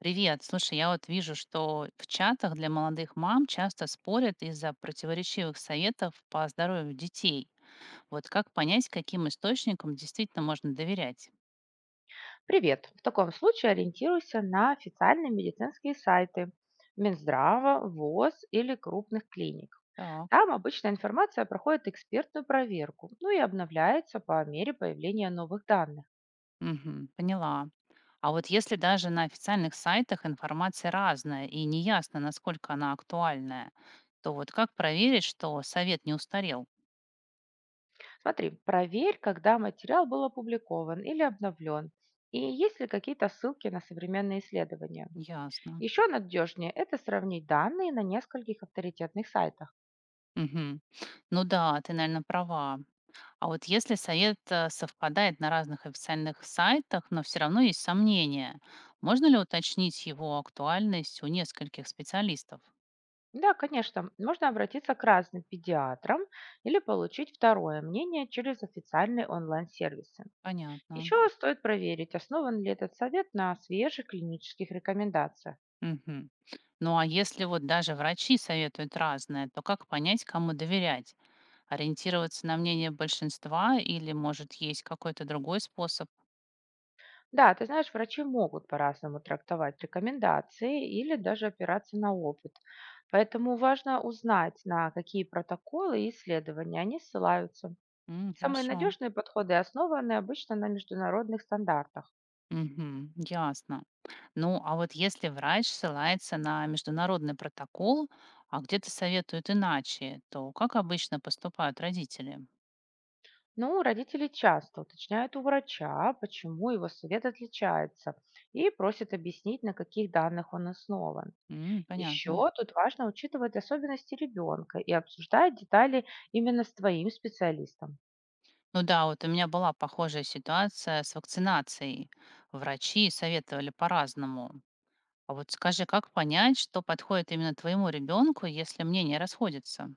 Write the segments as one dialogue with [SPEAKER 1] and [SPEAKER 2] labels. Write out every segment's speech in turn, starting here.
[SPEAKER 1] Привет. Слушай, я вот вижу, что в чатах для молодых мам часто спорят из-за противоречивых советов по здоровью детей. Вот как понять, каким источникам действительно можно доверять?
[SPEAKER 2] Привет! В таком случае ориентируйся на официальные медицинские сайты Минздрава, ВОЗ или крупных клиник.
[SPEAKER 1] Так,
[SPEAKER 2] Там обычная информация проходит экспертную проверку, ну и обновляется по мере появления новых данных.
[SPEAKER 1] мгм, поняла. А вот если даже на официальных сайтах информация разная и неясно, насколько она актуальная, то вот как проверить, что совет не устарел?
[SPEAKER 2] Смотри, проверь, когда материал был опубликован или обновлен, и есть ли какие-то ссылки на современные исследования.
[SPEAKER 1] Ясно.
[SPEAKER 2] Еще надежнее – это сравнить данные на нескольких авторитетных сайтах.
[SPEAKER 1] Мгм. Ну да, ты, наверное, права. А вот если совет совпадает на разных официальных сайтах, но все равно есть сомнения, можно ли уточнить его актуальность у нескольких специалистов?
[SPEAKER 2] Да, конечно, можно обратиться к разным педиатрам или получить второе мнение через официальные онлайн-сервисы.
[SPEAKER 1] Понятно.
[SPEAKER 2] Еще стоит проверить, основан ли этот совет на свежих клинических рекомендациях.
[SPEAKER 1] Мгм. Ну а если вот даже врачи советуют разное, то как понять, кому доверять? Ориентироваться на мнение большинства или, может, есть какой-то другой способ?
[SPEAKER 2] Да, ты знаешь, врачи могут по-разному трактовать рекомендации или даже опираться на опыт. Поэтому важно узнать, на какие протоколы и исследования они ссылаются.
[SPEAKER 1] М,
[SPEAKER 2] Самые
[SPEAKER 1] хорошо.
[SPEAKER 2] надежные подходы основаны обычно на международных стандартах.
[SPEAKER 1] Мгм. Ясно. Ну, а вот если врач ссылается на международный протокол, а где-то советуют иначе, то как обычно поступают родители?
[SPEAKER 2] Ну, родители часто уточняют у врача, почему его совет отличается, и просят объяснить, на каких данных он основан.
[SPEAKER 1] М, понятно.
[SPEAKER 2] Еще тут важно учитывать особенности ребенка и обсуждать детали именно с твоим специалистом.
[SPEAKER 1] Ну да, вот у меня была похожая ситуация с вакцинацией. Врачи советовали по-разному. А вот скажи, как понять, что подходит именно твоему ребенку, если мнения расходятся?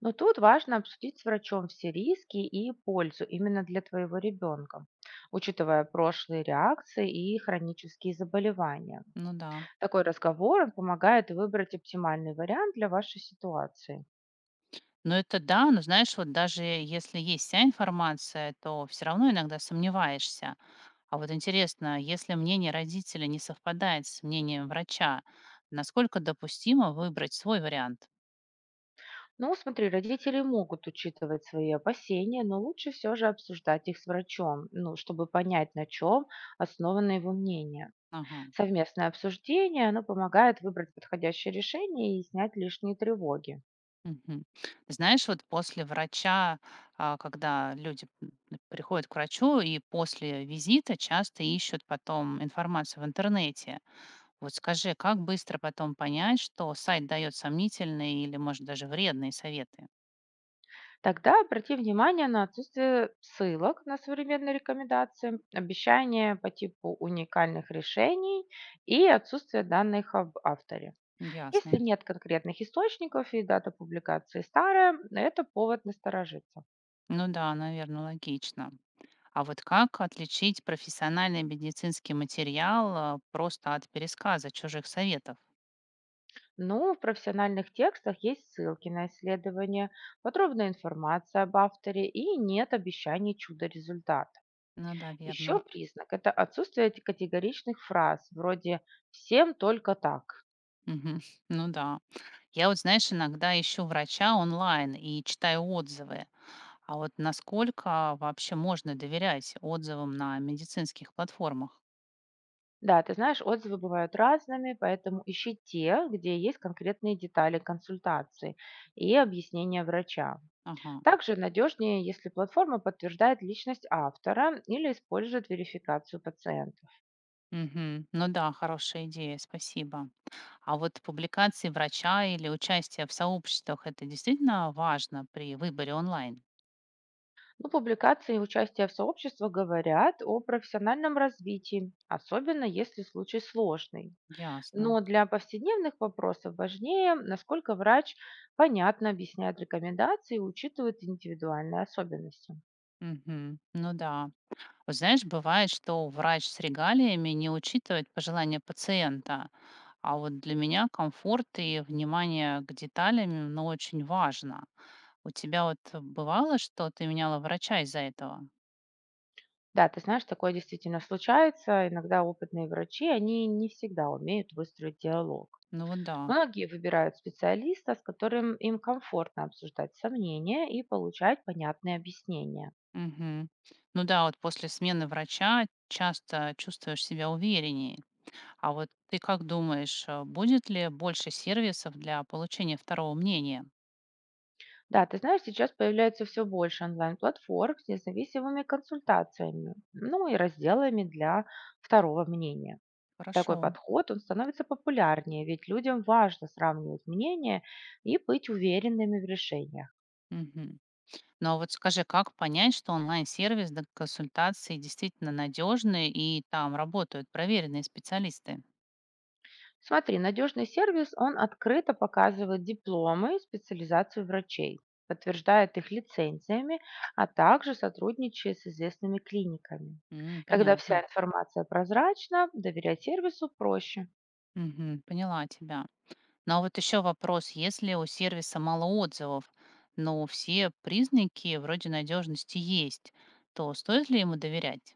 [SPEAKER 2] Но тут важно обсудить с врачом все риски и пользу именно для твоего ребенка, учитывая прошлые реакции и хронические заболевания.
[SPEAKER 1] Ну да.
[SPEAKER 2] Такой разговор он помогает выбрать оптимальный вариант для вашей ситуации.
[SPEAKER 1] Ну, это да, но знаешь, вот даже если есть вся информация, то все равно иногда сомневаешься. А вот интересно, если мнение родителя не совпадает с мнением врача, насколько допустимо выбрать свой вариант?
[SPEAKER 2] Ну, смотри, родители могут учитывать свои опасения, но лучше все же обсуждать их с врачом, ну, чтобы понять, на чем основано его мнение.
[SPEAKER 1] Ага.
[SPEAKER 2] Совместное обсуждение, оно помогает выбрать подходящее решение и снять лишние тревоги.
[SPEAKER 1] Мгм. Знаешь, вот после врача, когда люди приходят к врачу и после визита часто ищут потом информацию в интернете. Вот скажи, как быстро потом понять, что сайт дает сомнительные или, может, даже вредные советы?
[SPEAKER 2] Тогда обрати внимание на отсутствие ссылок на современные рекомендации, обещания по типу уникальных решений и отсутствие данных об авторе. Если
[SPEAKER 1] Ясно.
[SPEAKER 2] нет конкретных источников и дата публикации старая, это повод насторожиться.
[SPEAKER 1] Ну да, наверное, логично. А вот как отличить профессиональный медицинский материал просто от пересказа чужих советов?
[SPEAKER 2] Ну, в профессиональных текстах есть ссылки на исследования, подробная информация об авторе и нет обещаний чудо-результата.
[SPEAKER 1] Ну да,
[SPEAKER 2] Еще
[SPEAKER 1] верно.
[SPEAKER 2] признак – это отсутствие категоричных фраз, вроде «всем только так».
[SPEAKER 1] Мгм. Ну да. Я вот, знаешь, иногда ищу врача онлайн и читаю отзывы. А вот насколько вообще можно доверять отзывам на медицинских платформах?
[SPEAKER 2] Да, ты знаешь, отзывы бывают разными, поэтому ищи те, где есть конкретные детали консультации и объяснения врача.
[SPEAKER 1] Ага.
[SPEAKER 2] Также надежнее, если платформа подтверждает личность автора или использует верификацию пациента.
[SPEAKER 1] Мгм. Ну да, хорошая идея, спасибо. А вот публикации врача или участие в сообществах это действительно важно при выборе онлайн?
[SPEAKER 2] Ну, публикации и участие в сообществах говорят о профессиональном развитии, особенно если случай сложный.
[SPEAKER 1] Ясно.
[SPEAKER 2] Но для повседневных вопросов важнее, насколько врач понятно объясняет рекомендации и учитывает индивидуальные особенности.
[SPEAKER 1] Мгм. Ну да. Вот знаешь, бывает, что врач с регалиями не учитывает пожелания пациента, а вот для меня комфорт и внимание к деталям, ну, очень важно. У тебя вот бывало, что ты меняла врача из-за этого?
[SPEAKER 2] Да, ты знаешь, такое действительно случается. Иногда опытные врачи, они не всегда умеют выстроить диалог.
[SPEAKER 1] Ну вот да.
[SPEAKER 2] Многие выбирают специалиста, с которым им комфортно обсуждать сомнения и получать понятные объяснения.
[SPEAKER 1] Мгм. Ну да, вот после смены врача часто чувствуешь себя увереннее. А вот ты как думаешь, будет ли больше сервисов для получения второго мнения?
[SPEAKER 2] Да, ты знаешь, сейчас появляется все больше онлайн-платформ с независимыми консультациями, ну и разделами для второго мнения.
[SPEAKER 1] Хорошо.
[SPEAKER 2] Такой подход, он становится популярнее, ведь людям важно сравнивать мнения и быть уверенными в решениях.
[SPEAKER 1] Мгм. Ну а вот скажи, как понять, что онлайн-сервис для консультации действительно надежный и там работают проверенные специалисты?
[SPEAKER 2] Смотри, надежный сервис, он открыто показывает дипломы и специализацию врачей, подтверждает их лицензиями, а также сотрудничает с известными клиниками.
[SPEAKER 1] М,
[SPEAKER 2] Когда вся
[SPEAKER 1] понятно.
[SPEAKER 2] информация прозрачна, доверять сервису проще.
[SPEAKER 1] Мгм. Поняла тебя. Ну а вот еще вопрос, если у сервиса мало отзывов, но все признаки вроде надежности есть, то стоит ли ему доверять?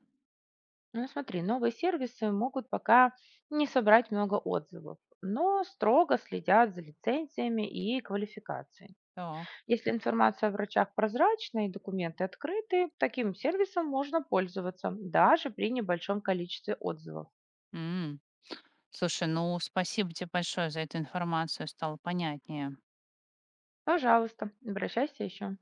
[SPEAKER 2] Ну, смотри, новые сервисы могут пока не собрать много отзывов, но строго следят за лицензиями и квалификацией.
[SPEAKER 1] Так.
[SPEAKER 2] Если информация о врачах прозрачна и документы открыты, таким сервисом можно пользоваться даже при небольшом количестве отзывов.
[SPEAKER 1] М. Слушай, ну спасибо тебе большое за эту информацию, стало понятнее.
[SPEAKER 2] Пожалуйста, обращайся еще.